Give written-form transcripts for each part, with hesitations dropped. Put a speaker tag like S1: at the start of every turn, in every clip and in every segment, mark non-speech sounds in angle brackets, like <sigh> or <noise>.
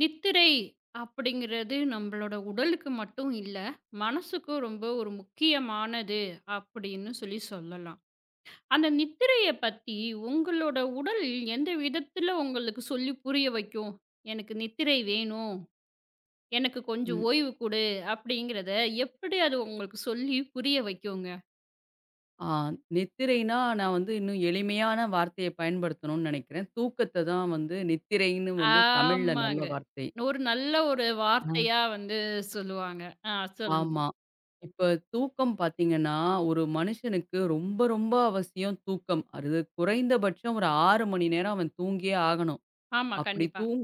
S1: நித்திரை அப்படிங்கிறது நம்மளோட உடலுக்கு மட்டும் இல்ல, மனசுக்கும் ரொம்ப ஒரு முக்கியமானது அப்படின்னு சொல்லலாம். அந்த நித்திரைய பத்தி உங்களோட உடல் எந்த விதத்துல உங்களுக்கு சொல்லி புரிய வைக்கும்? "எனக்கு நித்திரை வேணும். எனக்கு கொஞ்சம்
S2: ம்.
S1: ஓய்வு குடு." அப்படிங்கிறத எப்படி அது உங்களுக்கு சொல்லி புரிய வைக்குங்க?
S2: ஆ நித்திரைனா, நான் வந்து இன்னும் எளிமையான வார்த்தைய பயன்படுத்தணும்னு நெனைக்கிறேன். தூக்கத்த தான் வந்து நித்திரைன்னு வந்து தமிழ்ல நல்ல
S1: ஆமாங்க.
S2: வார்த்தை.
S1: ஒரு நல்ல ஒரு
S2: ஆ.
S1: வார்த்தையா வந்து சொல்லுவாங்க. ஆ சொல்லுங்க.
S2: ஆமா. இப்ப தூக்கம் பாத்தீங்கன்னா, ஒரு மனுஷனுக்கு ரொம்ப, ரொம்ப அவசியம் தூக்கம். அது குறைந்தபட்சம் ஒரு 6 மணி நேரம் அவன் தூங்கியே ஆகணும்.
S1: ஆமா,
S2: அப்படி
S1: கண்டிப்பா.
S2: தூங்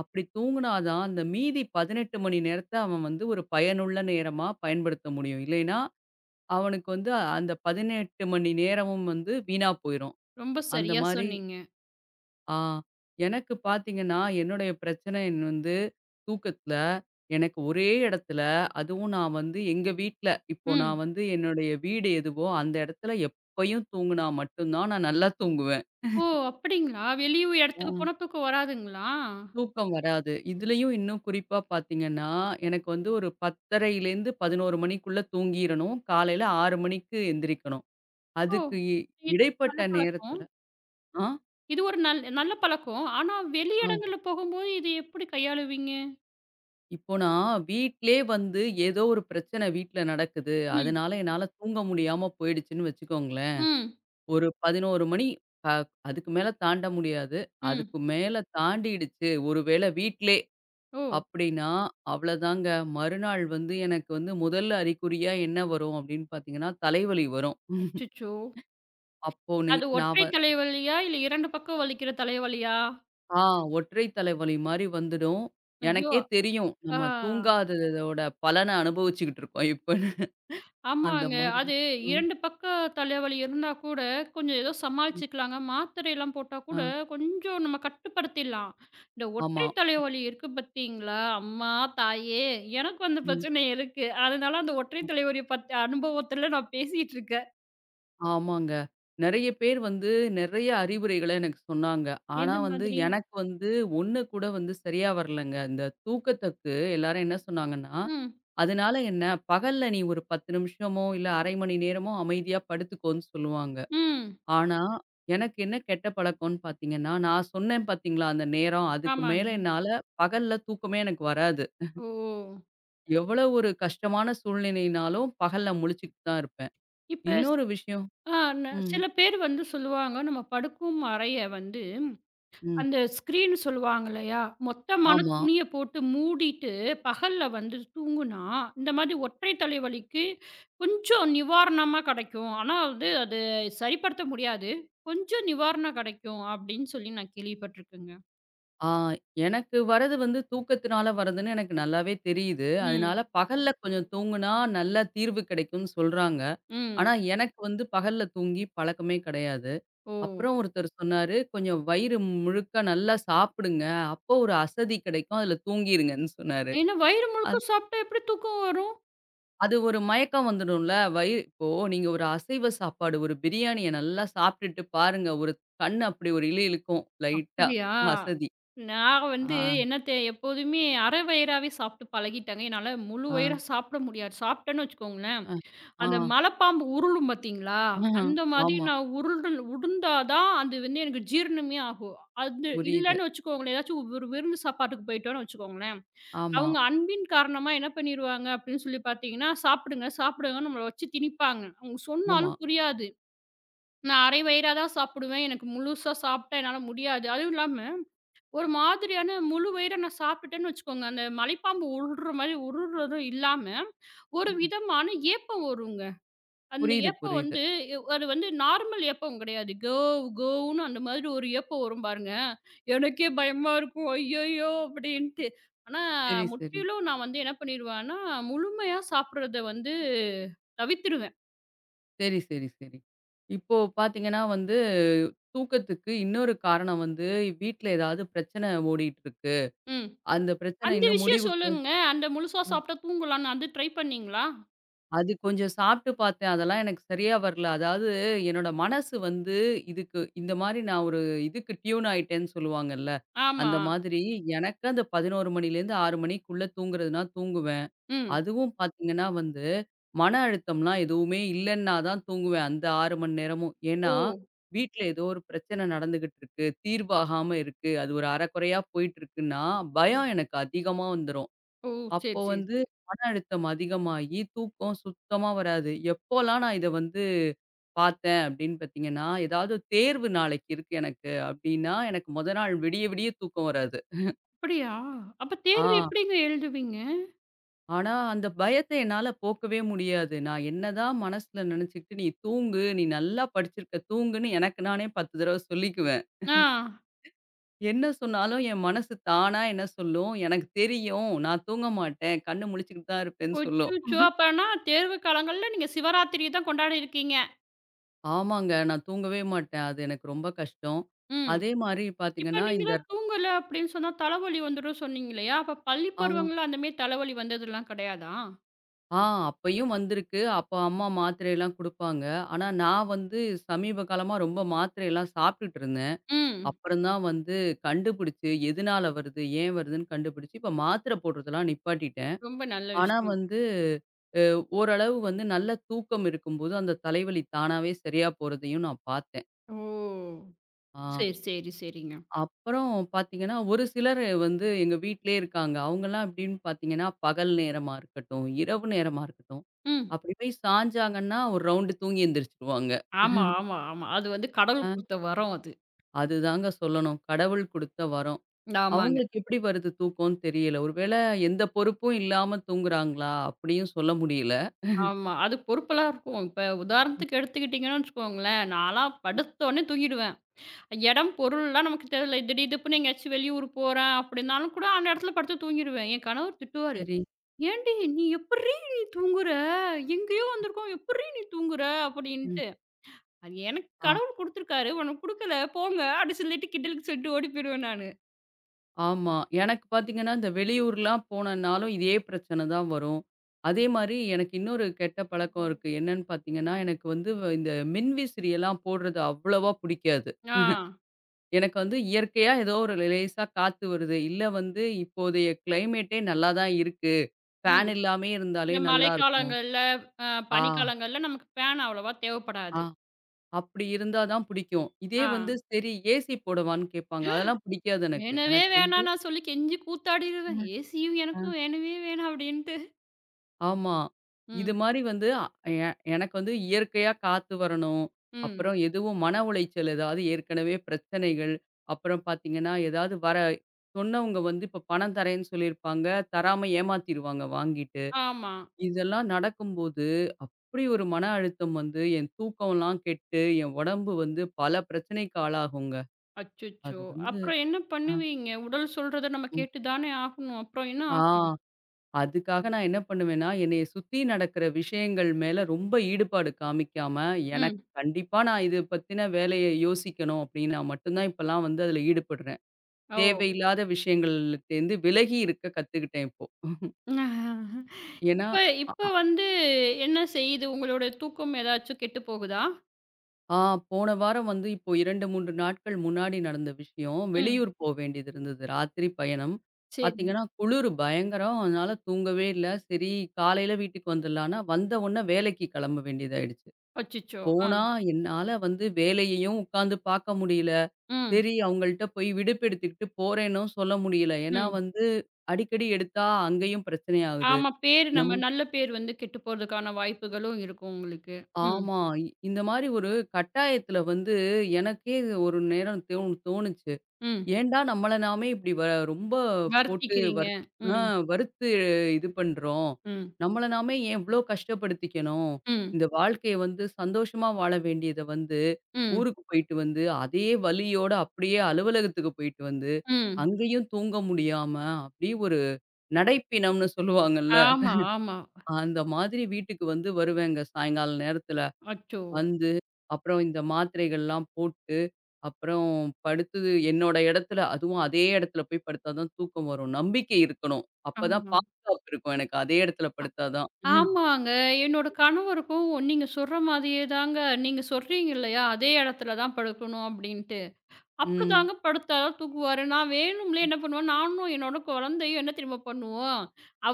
S2: அப்படி தூங்குனா தான், அந்த மீதி 18 மணி நேரத்த அவன் வந்து ஒரு பயனுள்ள நேரமா பயன்படுத்த முடியும். இல்லைன்னா, அவனுக்கு வந்து அந்த 18 மணி நேரமும் வந்து வீணா போயிரும்.
S1: ரொம்ப
S2: அந்த
S1: சரியா
S2: மாரி.
S1: சொன்னீங்க.
S2: ஆ. எனக்கு பார்த்தீங்கன்னா, என்னுடைய பிரச்சனை என் வந்து தூக்கத்துல. எனக்கு ஒரே இடத்துல, அதுவும் நான் வந்து எங்க வீட்ல, இப்போ நான்
S1: ம்.
S2: வந்து என்னுடைய வீடு எதுவோ, அந்த இடத்துல எப்பயும் தூங்குனா மட்டும் தான் நான் நல்லா தூங்குவேன்.
S1: ஓ! அப்படிங்களா? வெளிய
S2: ஆ.
S1: இடத்துக்கு போனா தூக்கம் வராதுங்களா?
S2: தூக்கம் வராது. இதுலயும் இன்னும் குறிப்பா பார்த்தீங்கன்னா, எனக்கு வந்து ஒரு 10:30லேருந்து 11 மணிக்குள்ள தூங்கிறணும். காலையில 6 மணிக்கு எந்திரிக்கணும்.
S1: ஓ!
S2: அதுக்கு இ
S1: இது
S2: இடைப்பட்ட
S1: நல்ல
S2: நேரத்துல.
S1: பழக்கம்.
S2: ஆ.
S1: இது ஒரு நல்ல பழக்கம். ஆனா வெளி இடங்கள்ல போகும்போது இது எப்படி கையாளுவீங்க?
S2: இப்போ நான் வீட்லயே வந்து ஏதோ ஒரு பிரச்சனை வீட்ல நடக்குது.
S1: ம்,
S2: அதனால என்னால தூங்க முடியாம போயிடுச்சுன்னு வச்சுக்கோங்களேன்.
S1: ம்,
S2: ஒரு 11 மணி, அ அதுக்கு மேல தாண்ட முடியாது.
S1: ம்.
S2: அதுக்கு மேல தாண்டிடுச்சு ஒருவேளை வீட்லே
S1: ஓ!
S2: அப்படின்னா, அவ்வளோதாங்க. மறுநாள் வந்து எனக்கு வந்து முதல் அறிகுறியா என்ன வரும் அப்படின்னு பார்த்தீங்கன்னா, தலைவலி வரும்.
S1: அச்சச்சோ!
S2: அப்போ நீ
S1: அது
S2: நான் வ
S1: ஒற்றை தலைவலியா? இல்ல 2 பக்கம் வலிக்கிற தலைவலியா?
S2: ஆ ஒற்றை தலைவலி மாரி வந்துடும்.
S1: ஐயோ!
S2: எனக்கே தெரியும்.
S1: ஆ.
S2: நம்ம தூங்காததோட பலன அனுபவிச்சுக்கிட்டு இருக்கோம் இப்பன்னு. அந்த
S1: ஆமாங்க.
S2: மாரி.
S1: அது
S2: ம்.
S1: 2 பக்க தலைவலி இருந்தா கூட, கொஞ்சம் ஏதோ
S2: ம்.
S1: சமாளிச்சுக்கலாங்க. மாத்திரைலாம் போட்டா
S2: ஆ,
S1: கூட, கொஞ்சம் நம்ம கட்டுப்படுத்திடலாம். இந்த
S2: ஆமா.
S1: ஒற்றை தலைவலி இருக்கு பார்த்தீங்களா? அம்மா, தாயே! எனக்கும் அந்த
S2: ம்.
S1: பிரச்சனை இருக்கு. அதனால அந்த ஒற்றை
S2: ம்.
S1: தலைவலி பத்த அனுபவத்துல நான் பேசிட்டு இருக்கேன்.
S2: ஆமாங்க. நெறைய பேர் வந்து நெறைய அறிவுரைகள எனக்கு சொன்னாங்க. ஆனா
S1: எந்த
S2: வந்து
S1: மாதிரி?
S2: எனக்கு வந்து ஒண்ணு கூட வந்து சரியா வரலங்க. இந்த தூக்கத்துக்கு எல்லாரும் என்ன சொன்னாங்கன்னா,
S1: ம்.
S2: "அதனால என்ன? பகல்ல நீ ஒரு 10 நிமிஷமோ, இல்ல 1/2 மணி நேரமோ அமைதியா படுத்துக்கோன்னு" சொல்லுவாங்க.
S1: ம்.
S2: ஆனா எனக்கு என்ன கெட்ட பழக்கம்ன்னு பார்த்தீங்கன்னா, நான் சொன்னேன் பார்த்தீங்களா அந்த நேரம், அதுக்கு மேல
S1: ஆமாங்க.
S2: என்னால பகல்ல தூக்கமே எனக்கு வராது.
S1: ஓ!
S2: எவ்வளோ ஒரு கஷ்டமான சூழ்நிலைனாலும் பகல்ல முழிச்சுக்கிட்டு தான் இருப்பேன்.
S1: இப்ப
S2: இன்னொரு விஷயம். ம்.
S1: சில பேர் வந்து சொல்லுவாங்க, நம்ம படுக்கும் அறைய வந்து
S2: ம்.
S1: அந்த ஸ்க்ரீன் சொல்லுவாங்க இல்லையா? மொத்தமான
S2: ஆமா.
S1: துணிய போட்டு மூடிட்டு, பகல்ல வந்து தூங்குனா, இந்த மாதிரி ஒற்றை தலைவலிக்கு கொஞ்சம் நிவாரணமா கிடைக்கும். ஆனா வந்து அது சரிப்படுத்த முடியாது. கொஞ்சம் நிவாரணம் கிடைக்கும் அப்படின்னு சொல்லி நான் கேள்விப்பட்டுருக்கேங்க.
S2: ஆ எனக்கு வரது வந்து தூக்கத்தினால வரதுன்னு எனக்கு நல்லாவே தெரியுது. அதனால
S1: ம்,
S2: பகல்ல கொஞ்சம் தூங்குனா நல்ல தீர்வு கிடைக்கும்னு சொல்றாங்க.
S1: ம்.
S2: ஆனா எனக்கு வந்து பகல்ல தூங்கி பழக்கமே கிடையாது.
S1: ஓ!
S2: அப்புறம் ஒருத்தர் சொன்னாரு, "கொஞ்சம் வயிறு முழுக்க நல்லா சாப்பிடுங்க. அப்போ ஒரு அசதி கிடைக்கும். அதுல தூங்கிருங்கன்னு" சொன்னாரு.
S1: ஏன்னா வயிறு முழுக்க
S2: அது
S1: சாப்பிட்டா எப்படி தூக்கம் வரும்?
S2: அது ஒரு மயக்கம் வந்துடும்ல. வயிறு இப்போ நீங்க ஒரு அசைவ சாப்பாடு, ஒரு பிரியாணிய நல்லா சாப்பிட்டுட்டு பாருங்க. ஒரு கண் அப்படி ஒரு இழுக்கும் லைட்டா
S1: அப்படியா?
S2: அசதி.
S1: நான்
S2: ஆ,
S1: வந்து என்னத்த எப்போதுமே அரை வயிறாவே சாப்பிட்டு பழகிட்டேங்க. என்னால முழு
S2: ஆ.
S1: வயிறா சாப்பிட முடியாது. சாப்பிட்டேன்னு வச்சுக்கோங்களேன்,
S2: அ, ஆ,
S1: அந்த மலைப்பாம்பு உருளும் பார்த்தீங்களா?
S2: ஆஹா,
S1: அந்த மாதிரி
S2: ஆமா.
S1: நான் உருண்டா தான் அது வந்து எனக்கு ஜீரணமே ஆகும். அது
S2: புரியுது.
S1: இல்லன்னு வச்சுக்கோங்களேன், ஏதாச்சும் ஒரு விருந்து சாப்பாட்டுக்கு போயிட்டோம்னு வச்சுக்கோங்களேன்,
S2: ஆமா,
S1: அவங்க அன்பின் காரணமா என்ன பண்ணிருவாங்க அப்படின்னு சொல்லி பார்த்தீங்கன்னா, "சாப்பிடுங்க, சாப்பிடுங்கன்னு" நம்மள வச்சு திணிப்பாங்க. அவங்க
S2: ஆமா.
S1: சொன்னாலும் புரியாது. நான் அரை வயிறா தான் சாப்பிடுவேன். எனக்கு முழுசா சாப்பிட்டா என்னால முடியாது. அதுவும் இல்லாம ஒரு மாதிரியான முழு வயிற நான் சாப்பிட்டுட்டேன்னு வச்சுக்கோங்க. அந்த மலைப்பாம்பு உருள்ற மாரி உருள்றதும் இல்லாம, ஒரு விதமான ஏப்பம் வருங்க. அந்த
S2: புரியுது,
S1: ஏப்பம்
S2: புரியுது.
S1: வந்து அது வந்து நார்மல் ஏப்பம் கிடையாது. "கவ் கவ்னு" அந்த மாதிரி ஒரு ஏப்பம் வரும் பாருங்க. எனக்கே பயமா இருக்கும். "ஐயய்யோ!" அப்படின்ட்டு. ஆனா,
S2: சரி, சரி.
S1: முற்றிலும் நான் வந்து என்ன பண்ணிருவேன்னா, முழுமையா சாப்பிடுறத வந்து தவிர்த்துருவேன்.
S2: சரி, சரி, சரி. இப்போ பார்த்தீங்கன்னா வந்து, தூக்கத்துக்கு இன்னொரு காரணம் வந்து, வீட்ல ஏதாவது பிரச்சனை ஓடிட்டு இருக்கு.
S1: ம்.
S2: அந்த பிரச்சனை
S1: அந்த
S2: இன்னும்
S1: விஷயம்
S2: முடிவுக்கு.
S1: சொல்லுங்க. அந்த முழுசா
S2: ம்.
S1: சாப்பிட்டா தூங்கலாம்ன்னு அது ட்ரை பண்ணீங்களா?
S2: அது கொஞ்சம் சாப்பிட்டு பார்த்தேன். அதெல்லாம் எனக்கு சரியா வரல. அதாவது என்னோட மனசு வந்து இதுக்கு இந்த மாரி நான் ஒரு இதுக்கு டியூன் ஆயிட்டேன்னு சொல்லுவாங்கல்ல.
S1: ஆமா.
S2: அந்த மாதிரி எனக்கு அந்த 11 மணிலேருந்து 6 மணிக்குள்ள தூங்குறதுனா தூங்குவேன்.
S1: ம்.
S2: அதுவும் பார்த்தீங்கன்னா வந்து, மன அழுத்தம்லாம் எதுவுமே இல்லன்னா தான் தூங்குவேன். அந்த 6 மணி நேரமும்.
S1: ஓ!
S2: ஏன்னா, வீட்ல ஏதோ ஒரு பிரச்சனை நடந்துகிட்டு இருக்கு. தீர்வாகாம இருக்கு. அது ஒரு அறகுறையா போயிட்டு இருக்குன்னா,
S1: ம்.
S2: பயம் எனக்கு அதிகமா வந்துரும்.
S1: ஓ!
S2: அப்போ
S1: சரி, சரி,
S2: வந்து
S1: சரி.
S2: மன அழுத்தம் அதிகமாகி, தூக்கம் சுத்தமா வராது. எப்போலாம் நான் இத வந்து பார்த்தேன் அப்படின்னு பார்த்தீங்கன்னா, ஏதாவது தேர்வு நாளைக்கு இருக்கு எனக்கு அப்படின்னா, எனக்கு மொத நாள் விடிய விடிய தூக்கம் வராது.
S1: அப்படியா? அப்ப
S2: ஆ.
S1: தேர்வு எப்படிங்க எழுதுவீங்க?
S2: ஆனா, அந்த பயத்த என்னால போக்கவே முடியாது. நான் என்னதான் மனசுல நெனச்சுக்கிட்டு, "நீ தூங்கு, நீ நல்லா படிச்சிருக்க தூங்குன்னு" எனக்கு நானே 10 தடவ சொல்லிக்குவேன்.
S1: ஆ.
S2: என்ன சொன்னாலும் என் மனசு தானா என்ன சொல்லும்? "எனக்கு தெரியும். நான் தூங்க மாட்டேன். கண்ணு முழிச்சுக்கிட்டு தான் இருப்பேன்னு" சொல்லும்.
S1: அச்சச்சோ! அப்பன்னா தேர்வு காலங்கள்ல நீங்க சிவராத்திரி தான் கொண்டாடியிருக்கீங்க.
S2: ஆமாங்க. நான் தூங்கவே மாட்டேன். அது எனக்கு ரொம்ப கஷ்டம்.
S1: ம்.
S2: அதே மாரி
S1: இப்ப
S2: பாத்தீங்கன்னா, இந்த.
S1: நீங்கலாம் தூங்கல அப்படின்னு சொன்னா தலைவலி வந்துரும் சொன்னீங்க இல்லையா? அப்ப பள்ளி
S2: ஆமா.
S1: பருவங்கள்ல அந்த மாரி தலைவலி வந்ததுலாம் கிடையாதா?
S2: ஆ அப்பயும் வந்திருக்கு. அப்ப அம்மா மாத்திரையெல்லாம் குடுப்பாங்க. ஆனா, நான் வந்து சமீப காலமா ரொம்ப மாத்திரையெல்லாம் சாப்பிட்டுட்டு இருந்தேன்.
S1: ம்.
S2: அப்புறம் தான் வந்து கண்டுபிடிச்சு, எதுனால வருது? ஏன் வருதுன்னு கண்டுபிடிச்சு, இப்ப மாத்திரை போடுறதெல்லாம் நிப்பாட்டிட்டேன்.
S1: ரொம்ப நல்ல
S2: ஆனா
S1: விஷயம்.
S2: வந்து அ ஓரளவு வந்து நல்ல தூக்கம் இருக்கும்போது, அந்த தலைவலி தானாவே சரியா போறதையும் நான் பார்த்தேன்.
S1: ஓ!
S2: ஆ.
S1: சரி, சரி, சரிங்க.
S2: அப்புறம் பார்த்தீங்கன்னா, ஒரு சிலர் வந்து எங்க வீட்டிலேயே இருக்காங்க. அவங்கலாம் எப்படின்னு பார்த்தீங்கன்னா, பகல் நேரமா இருக்கட்டும், இரவு நேரமா இருக்கட்டும்,
S1: ம்.
S2: அப்படி போய் சாஞ்சாங்கன்னா, ஒரு ரவுண்டு தூங்கி எந்திரிச்சுருவாங்க.
S1: ஆமா, ஆமா, ஆமா. அது வந்து கடவுள்
S2: அ
S1: குடுத்த வரம் அது.
S2: அதுதாங்க சொல்லணும். கடவுள் குடுத்த வரம்.
S1: ஆமாங்க.
S2: அவங்களுக்கு எப்படி வருது தூக்கம்னு தெரியல. ஒருவேள எந்த பொறுப்பும் இல்லாம தூங்குறாங்களா? அப்படியும் சொல்ல முடியல.
S1: ஆமா. அது பொறுப்பெல்லாம் இருக்கும். இப்ப உதாரணத்துக்கு எடுத்துக்கிட்டீங்கன்னு வச்சுக்கோங்களேன், நான்லாம் படுத்தோனே தூங்கிடுவேன். இடம், பொருள்லாம் நமக்கு தேவையில்ல. திடீதிப்புன்னு எங்கேயாச்சும் வெளியூர் போறேன் அப்படின்னாலும் கூட, அந்த இடத்துல படுத்து தூங்கிருவேன். என் கணவர் திட்டுவாரு.
S2: சரி.
S1: "ஏன்டி நீ எப்புட்றீ நீ தூங்குற? எங்கேயோ வந்திருக்கோம், எப்புட்றீ நீ தூங்குற?"
S2: ம்.
S1: அப்படின்ட்டு. அது எனக்கு
S2: ஆ.
S1: கடவுள் குடுத்துருக்காரு. உனக்கு குடுக்கல போங்க அப்படி சொல்லிட்டு கிண்டலுக்கு சொல்லிட்டு ஓடி போயிருவேன் நானு.
S2: ஆமா. எனக்கு பார்த்தீங்கன்னா, இந்த வெளியூர்லாம் போனனாலும் இதே பிரச்சனை தான் வரும். அதே மாரி எனக்கு இன்னொரு கெட்ட பழக்கம் இருக்கு. என்னன்னு பார்த்தீங்கன்னா, எனக்கு வந்து இந்த மின்விசிறியெல்லாம் போடுறது அவ்வளவா புடிக்காது.
S1: ஆ.
S2: எனக்கு வந்து இயற்கையா ஏதோ ஒரு லேசா காத்து வருது. இல்ல வந்து இப்போதைய கிளைமேட்டே நல்லா தான் இருக்கு.
S1: ம்.
S2: ஃபேன் இல்லாமயே இருந்தாலே
S1: இந்த
S2: நல்லா இருக்கும்.
S1: மழைக்காலங்கள்ல, அ
S2: ஆ,
S1: பனிக்காலங்கள்ல நமக்கு ஃபேன் அவ்வளவா
S2: ஆ.
S1: தேவைப்படாது.
S2: அப்படி இருந்தா தான் பிடிக்கும். இதே
S1: ஆ.
S2: வந்து சரி ஏசி போடவான்னு கேட்பாங்க. அதெல்லாம் பிடிக்காது எனக்கு.
S1: "வேணவே
S2: எனக்கு வந்து.
S1: வேணாம்" நான் சொல்லி கெஞ்சி கூத்தாடிருவேன்.
S2: ம்.
S1: "ஏசியும்
S2: அ.
S1: எனக்கும் வேணவே வேணாம்" அப்படின்ட்டு.
S2: ஆமா. இது
S1: ம்.
S2: மாரி வந்து அ எ எனக்கு வந்து இயற்கையா காத்து வரணும்.
S1: ம்.
S2: அப்புறம் எதுவும் மன உளைச்சல் ஏதாவது ஏற்கனவே பிரச்சனைகள், அப்புறம் பார்த்தீங்கன்னா, ஏதாவது வர சொன்னவங்க வந்து இப்ப பணம் தரேன்னு சொல்லியிருப்பாங்க. தராம ஏமாத்திருவாங்க வாங்கிட்டு.
S1: ஆமா.
S2: இதெல்லாம் நடக்கும்போது அப்படி ஒரு மன அழுத்தம் வந்து என் தூக்கம்லாம் கெட்டு, என் உடம்பு வந்து பல பிரச்சனைக்கு ஆளாகுங்க. அது
S1: அச்சச்சோ!
S2: வந்து.
S1: அப்புறம் என்ன
S2: அ.
S1: பண்ணுவீங்க? உடல் சொல்றத நம்ம
S2: ம்.
S1: கேட்டு தானே ஆகணும். அப்புறம் என்ன
S2: ஆ.
S1: ஆகும்?
S2: அதுக்காக நான் என்ன பண்ணுவேன்னா, என்னைய சுத்தி நடக்கிற விஷயங்கள் மேல ரொம்ப ஈடுபாடு காமிக்காம,
S1: ம்.
S2: எனக்கு கண்டிப்பா நான் இது பத்தின வேலைய யோசிக்கணும் அப்டின்னா மட்டும் தான் இப்பலாம் வந்து அதுல ஈடுபடுறேன்.
S1: ஓ!
S2: தேவையில்லாத விஷயங்கள்ட்டேருந்து விலகி இருக்க கத்துக்கிட்டேன் இப்போ.
S1: <laughs>
S2: ஏன்னா.
S1: இப்ப
S2: அ
S1: இப்ப வந்து என்ன செய்யுது? உங்களோட தூக்கம் ஏதாச்சும் கெட்டு போகுதா?
S2: ஆ போன வாரம் வந்து இப்போ 2, 3 நாட்கள் முன்னாடி நடந்த விஷயம்.
S1: ம்.
S2: வெளியூர் போ வேண்டியது இருந்தது. ராத்திரி பயணம்.
S1: சரிங்க.
S2: பாத்தீங்கன்னா, குளிரு பயங்கரம். அதனால தூங்கவே இல்ல. சரி காலையில வீட்டுக்கு வந்துடலான்னா, வந்த உடனே வேலைக்கு கெளம்ப வேண்டியதாயிடுச்சு.
S1: அச்சச்சோ! ஆ.
S2: போனா என்னால வந்து வேலையையும் உட்காந்து பார்க்க முடியல.
S1: ம்.
S2: சரி அவங்கள்ட்ட போய் விடுப்பு எடுத்துக்கிட்டு போறேன்னும் சொல்ல முடியல. ஏன்னா
S1: ம்.
S2: வந்து அடிக்கடி எடுத்தா அங்கேயும் பிரச்சனை ஆகுது.
S1: ஆமா. பேரு
S2: நம்ம.
S1: நம்ம நல்ல பேர் வந்து கெட்டு போறதுக்கான வாய்ப்புகளும் இருக்கும் உங்களுக்கு. ம்.
S2: ஆமா. இ- இந்த மாரி ஒரு கட்டாயத்துல வந்து எனக்கே ஒரு நேரம் தோணுச்சு.
S1: ம்.
S2: ஏன்டா நம்மள நாமே இப்படி வ ரொம்ப போட்டு
S1: வருத்திக்கிறீங்க.
S2: வர் ஆ
S1: ம்.
S2: வறுத்து இது பண்றோம்.
S1: ம்.
S2: நம்மள நாமே ஏன் இவ்ளோ கஷ்டப்படுத்திக்கணும்?
S1: ம்.
S2: இந்த வாழ்க்கைய வந்து சந்தோஷமா வாழ வேண்டியத வந்து,
S1: ம்.
S2: ஊருக்கு போயிட்டு வந்து, அதே வலியோட அப்படியே அலுவலகத்துக்கு போயிட்டு வந்து,
S1: ம்.
S2: அங்கேயும் தூங்க முடியாம, அப்படியே ஒரு நடைப்பிணம்னு சொல்லுவாங்கல்ல,
S1: ஆமா, ஆமா.
S2: அந்த மாதிரி வீட்டுக்கு வந்து வருவேங்க சாயங்கால நேரத்துல.
S1: அச்சோ!
S2: வந்து, அப்புறம் இந்த மாத்திரைகள்லாம் போட்டு, அப்புறம் படுத்தது என்னோட இடத்துல அதுவும் அதே இடத்துல போய் படுத்தா தான் தூக்கம் வரும். நம்பிக்கை இருக்கணும். அப்பதான்
S1: ஆமா.
S2: பாதுகாப்பு இருக்கும் எனக்கு. அதே இடத்துல படுத்தா தான்.
S1: ஆமாங்க. என்னோட கணவருக்கும் நீங்க சொல்ற மாதிரியே தாங்க. நீங்க சொல்றீங்க இல்லையா? அதே இடத்துல தான் படுக்கணும் அப்டின்ட்டு.
S2: ம்.
S1: அப்டிதாங்க படுத்தா தான் தூங்குவாரு. நான் வேணும்லே என்ன பண்ணுவேன், நானும் என்னோட குழந்தையும் என்ன தெரியுமா பண்ணுவோம்?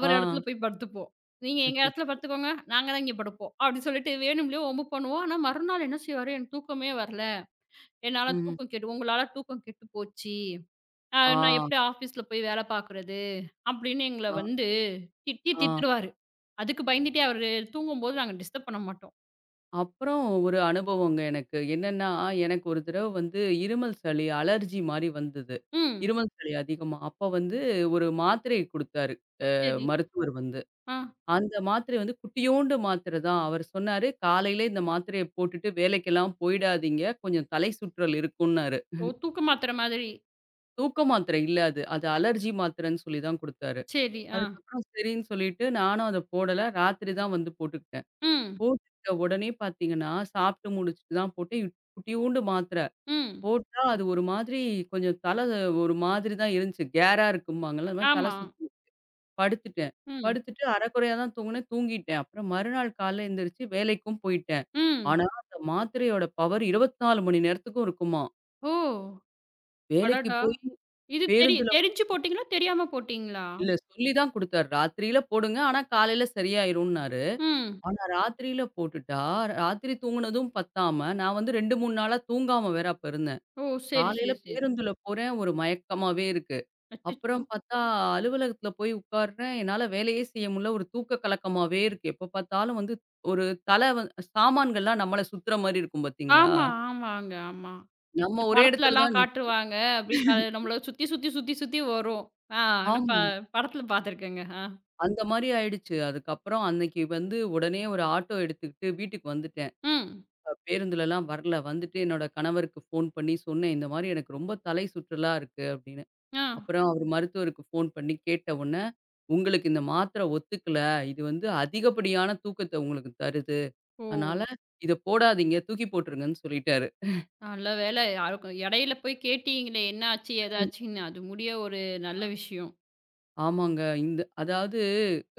S2: ஆ.
S1: இடத்துல போய் படுத்துப்போம். "நீங்க எங்க இடத்துல
S2: அச்சச்சோ!
S1: படுத்துக்கோங்க. நாங்க தான் இங்க படுப்போம்." அப்டின்னு சொல்லிட்டு வேணும்லே வம்பு பண்ணுவோம். ஆனா மறுநாள் என்ன செய்வாரு, "எனக்கு தூக்கமே வரல. என்னால
S2: ம்.
S1: தூக்கம் கெட்டு உங்களால தூக்கம் கெட்டு போச்சு. நான்
S2: ஆ,
S1: எப்டி ஆஃபீஸ்ல போய் வேல பார்க்குறது?" அப்டின்னு எங்கள
S2: ஆ,
S1: வந்து திட்டி
S2: ஆ.
S1: திட்டுருவாரு. அதுக்கு பயந்துட்டே அவரு தூங்கும்போது நாங்க டிஸ்டர்ப் பண்ண மாட்டோம்.
S2: அப்புறம் ஒரு அனுபவங்க எனக்கு. என்னன்னா, எனக்கு ஒரு தடவ வந்து இருமல் சளி, அலர்ஜி மாரி வந்தது.
S1: ம்.
S2: இருமல் சளி அதிகமா. அப்ப வந்து ஒரு மாத்திரை குடுத்தாரு
S1: சரி.
S2: மருத்துவர் வந்து.
S1: ஆ.
S2: அந்த மாத்திரை வந்து குட்டியோண்டு மாத்திரை தான். அவரு சொன்னாரு, "காலையில இந்த மாத்திரைய போட்டுட்டு வேலைக்கெல்லாம் போயிடாதீங்க. கொஞ்சம் தலை சுற்றல் இருக்கும்னாரு."
S1: ஓ! தூக்க மாத்திர மாதிரி.
S2: தூக்க மாத்திரை இல்ல அது. அது அலர்ஜி மாத்திரைன்னு சொல்லி தான் குடுத்தாரு.
S1: சரி. ஆ.
S2: அதுக்கப்புறம் சரின்னு சொல்லிட்டு நானும் அத போடல. ராத்திரி தான் வந்து போட்டுக்கிட்டேன்.
S1: ம்.
S2: போட்டுக்கிட்ட உடனே பார்த்தீங்கன்னா, சாப்பிட்டு முடிச்சுட்டு தான் போட்டேன். குட்டியோண்டு மாத்திரை.
S1: ம்.
S2: போட்டா அது ஒரு மாதிரி கொஞ்சம் தல ஒரு மாதிரி தான் இருந்துச்சு. கேரா இருக்கும்பாங்கல்ல. அது மாரி தல
S1: ஆமா.
S2: சுத் படுத்துட்டேன்.
S1: ம்.
S2: படுத்துட்டு அரைகுறையா தான் தூங்குனேன், தூங்கிட்டேன். அப்புறம் மறுநாள் காலைல எந்திரிச்சு வேலைக்கும் போயிட்டேன்.
S1: ம்.
S2: ஆனா, அந்த மாத்திரையோட பவர் 24 மணி நேரத்துக்கும் இருக்குமாம்.
S1: ஓ!
S2: வேலைக்கு
S1: அடடா!
S2: போய்
S1: இது
S2: பேருந்துல
S1: தெரிஞ்சு போட்டீங்களா? தெரியாம போட்டீங்களா?
S2: இல்ல சொல்லி தான் குடுத்தாரு. ராத்திரியில போடுங்க, ஆனா காலையில சரியாயிரும்னாரு.
S1: ம்.
S2: ஆனா ராத்திரியில போட்டுட்டா, ராத்திரி தூங்குனதும் பத்தாம, நான் வந்து 2, 3 நாளா தூங்காம வேற அப்ப இருந்தேன்.
S1: ஓ! சரி,
S2: காலையில
S1: சரி, சரி.
S2: பேருந்துல போறேன், ஒரு மயக்கமாவே இருக்கு.
S1: அச்சச்சோ!
S2: அப்புறம் பார்த்தா, அலுவலகத்துல போய் உட்கார்றேன். என்னால வேலையே செய்ய முடியல. ஒரு தூக்க கலக்கமாவே இருக்கு. எப்ப பார்த்தாலும் வந்து ஒரு தல வந் சாமான்கள்லாம் நம்மள சுத்துற மாரி இருக்கும் பார்த்தீங்களா?
S1: ஆமா, ஆமாங்க. ஆமா.
S2: நம்ம
S1: இந்த
S2: ஒரே இடத்துல
S1: படத்துலலாம்
S2: தான் நிப்
S1: காட்டுவாங்க. அப்படியே தல நம்மள சுத்தி, சுத்தி, சுத்தி, சுத்தி வரும். ஆ. நான்
S2: ஆமா.
S1: படத்துல பார்த்துருக்கேங்க. ஆ.
S2: அந்த மாரி ஆயிடுச்சு. அதுக்கப்புறம் அன்னைக்கு வந்து உடனே ஒரு ஆட்டோ எடுத்துக்கிட்டு வீட்டுக்கு வந்துட்டேன்.
S1: ம்.
S2: பேருந்துலலாம் வரல. வந்துட்டு என்னோட கணவருக்கு ஃபோன் பண்ணி சொன்னேன். இந்த மாரி எனக்கு ரொம்ப தலை சுற்றலா இருக்கு அப்படின்னு.
S1: ஆ.
S2: அப்புறம் அவரு மருத்துவருக்கு ஃபோன் பண்ணி கேட்ட உடனே, உங்களுக்கு இந்த மாத்திரை ஒத்துக்கல. இது வந்து அதிகப்படியான தூக்கத்த உங்களுக்கு தருது.
S1: ஓ!
S2: அதனால இத போடாதீங்க, தூக்கி போட்டுருங்கன்னு சொல்லிட்டாரு.
S1: நல்ல வேலை யாருக்கும் இடையில போய் கேட்டீங்களே என்ன ஆச்சு ஏதாச்சுன்னு அது முடிய ஒரு நல்ல விஷயம்.
S2: ஆமாங்க. இந்த அதாவது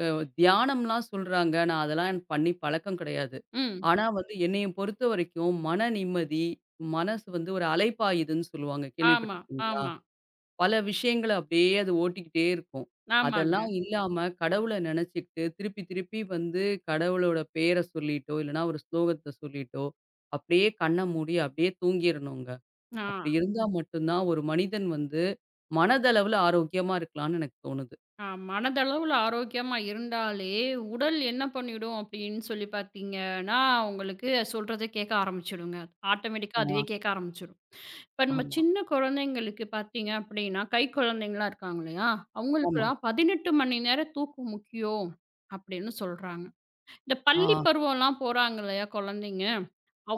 S2: அ தியானம்லாம் சொல்றாங்க. நான் அதெல்லாம் எனக்கு பண்ணி பழக்கம் கிடையாது.
S1: ம்.
S2: ஆனா வந்து என்னைய பொறுத்த வரைக்கும் மன நிம்மதி, மனசு வந்து ஒரு அலைப்பாயுதுன்னு சொல்லுவாங்க.
S1: ஆமா,
S2: கேள்விப்பட்டுருக்கீங்களா?
S1: ஆமா.
S2: பல விஷயங்கள அப்படியே அது ஓட்டிக்கிட்டே இருக்கும்.
S1: ஆமாங்க.
S2: அதெல்லாம் இல்லாம கடவுள நினைச்சுக்கிட்டு திருப்பி திருப்பி வந்து கடவுளோட பேர சொல்லிட்டோ, இல்லன்னா ஒரு ஸ்லோகத்த சொல்லிட்டோ, அப்படியே கண்ண மூடி அப்படியே தூங்கிரணுங்க.
S1: ஆ,
S2: அப்படி இருந்தா மட்டும் தான் ஒரு மனிதன் வந்து மனதளவுல ஆரோக்கியமா இருக்கலாம்னு எனக்கு தோணுது.
S1: ஆ மனதளவுல ஆரோக்கியமா இருந்தாலே, உடல் என்ன பண்ணிடும் அப்படின்னு சொல்லி பார்த்தீங்கன்னா, உங்களுக்கு சொல்றத கேட்க ஆரம்பிச்சுடுங்க. ஆட்டோமேட்டிக்கா
S2: ஆ,
S1: அதுவே கேட்க ஆரம்பிச்சுரும். இப்ப நம்ம
S2: ஆமா,
S1: சின்ன குழந்தைங்களுக்கு பார்த்தீங்க அப்படின்னா, கை குழந்தைங்கலாம் இருக்காங்க இல்லையா?
S2: ஆமா.
S1: அவங்களுக்குலாம் 18 மணி நேரம் தூக்கம் முக்கியம் அப்படின்னு சொல்றாங்க. இந்த பள்ளி
S2: ஆ,
S1: பருவம்லாம் போறாங்க இல்லையா குழந்தைங்க?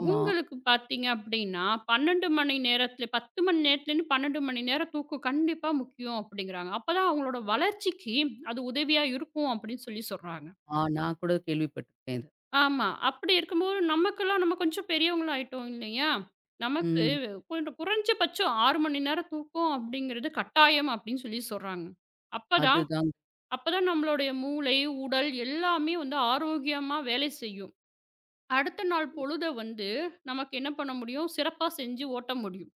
S2: ஆமா.
S1: பார்த்தீங்க அப்படின்னா, 12 மணி நேரத்தில 10 மணி நேரத்துலேருந்து 12 மணி நேரம் தூக்கம் கண்டிப்பா முக்கியம் அப்படிங்கிறாங்க. அப்பதான் அவங்களோட வளர்ச்சிக்கு அது உதவியா இருக்கும் அப்படின்னு சொல்றாங்க.
S2: ஆ நான் கூட கேள்விப்பட்டுருக்கேன் இத.
S1: ஆமா. அப்படி இருக்கும்போது நமக்கெல்லாம் நம்ம கொஞ்சம் பெரியவங்களா ஆயிட்டோம் இல்லையா? நமக்கு
S2: ம்.
S1: கொஞ்சம் குறைஞ்சபட்சம் 6 மணி நேரம் தூக்கம் அப்படிங்கிறது கட்டாயம் அப்படின்னு சொல்றாங்க. அப்பதான்
S2: அதுதாங்க.
S1: அப்பதான் நம்மளுடைய மூளை, உடல் எல்லாமே வந்து ஆரோக்கியமா வேலை செய்யும். அடுத்த நாள் பொழுத வந்து நமக்கு என்ன பண்ண முடியும்? சிறப்பா செஞ்சு ஓட்ட முடியும்.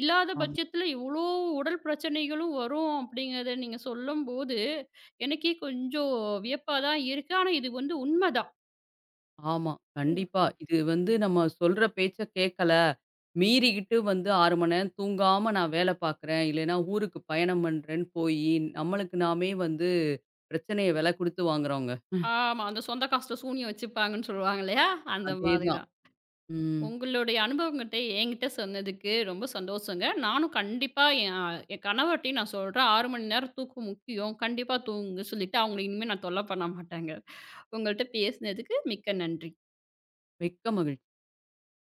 S1: இல்லாத
S2: ஆமா,
S1: பட்சத்தில இவ்ளோ உடல் பிரச்சனைகளும் வரும் அப்படிங்கிறத நீங்க சொல்லும்போது, எனக்கே கொஞ்சம் வியப்பா தான் இருக்கு. ஆனா இது வந்து உண்மதான்.
S2: ஆமா. கண்டிப்பா. இது வந்து நம்ம சொல்ற பேச்ச கேட்கல, மீறிக்கிட்டு வந்து 6 மணி நேரம் தூங்காம நான் வேலை பார்க்குறேன், இல்லைன்னா ஊருக்கு பயணம் பண்றேன்னு போயி, நம்மளுக்கு நாமே வந்து பிரச்சனைய விலை குடுத்து வாங்குறோங்க.
S1: ஆமா, அந்த சொந்த காசுல சூனியம் வச்சுப்பாங்கன்னு சொல்லுவாங்க இல்லையா? அந்த மாதிரி
S2: அதேதான்.
S1: தான்.
S2: ம்.
S1: உங்களுடைய அனுபவங்கட்ட என்கிட்ட சொன்னதுக்கு ரொம்ப சந்தோஷங்க. நானும் கண்டிப்பா என் என் கணவர்ட்டயும் நான் சொல்றேன். 6 மணி நேரம் தூக்கம் முக்கியம். கண்டிப்பா தூங்குங்க சொல்லிட்டு அவங்கள இனிமே நான் தொல்ல பண்ண மாட்டேங்க. உங்கள்ட்ட பேசினதுக்கு மிக்க நன்றி.
S2: மிக்க மகிழ்ச்சி.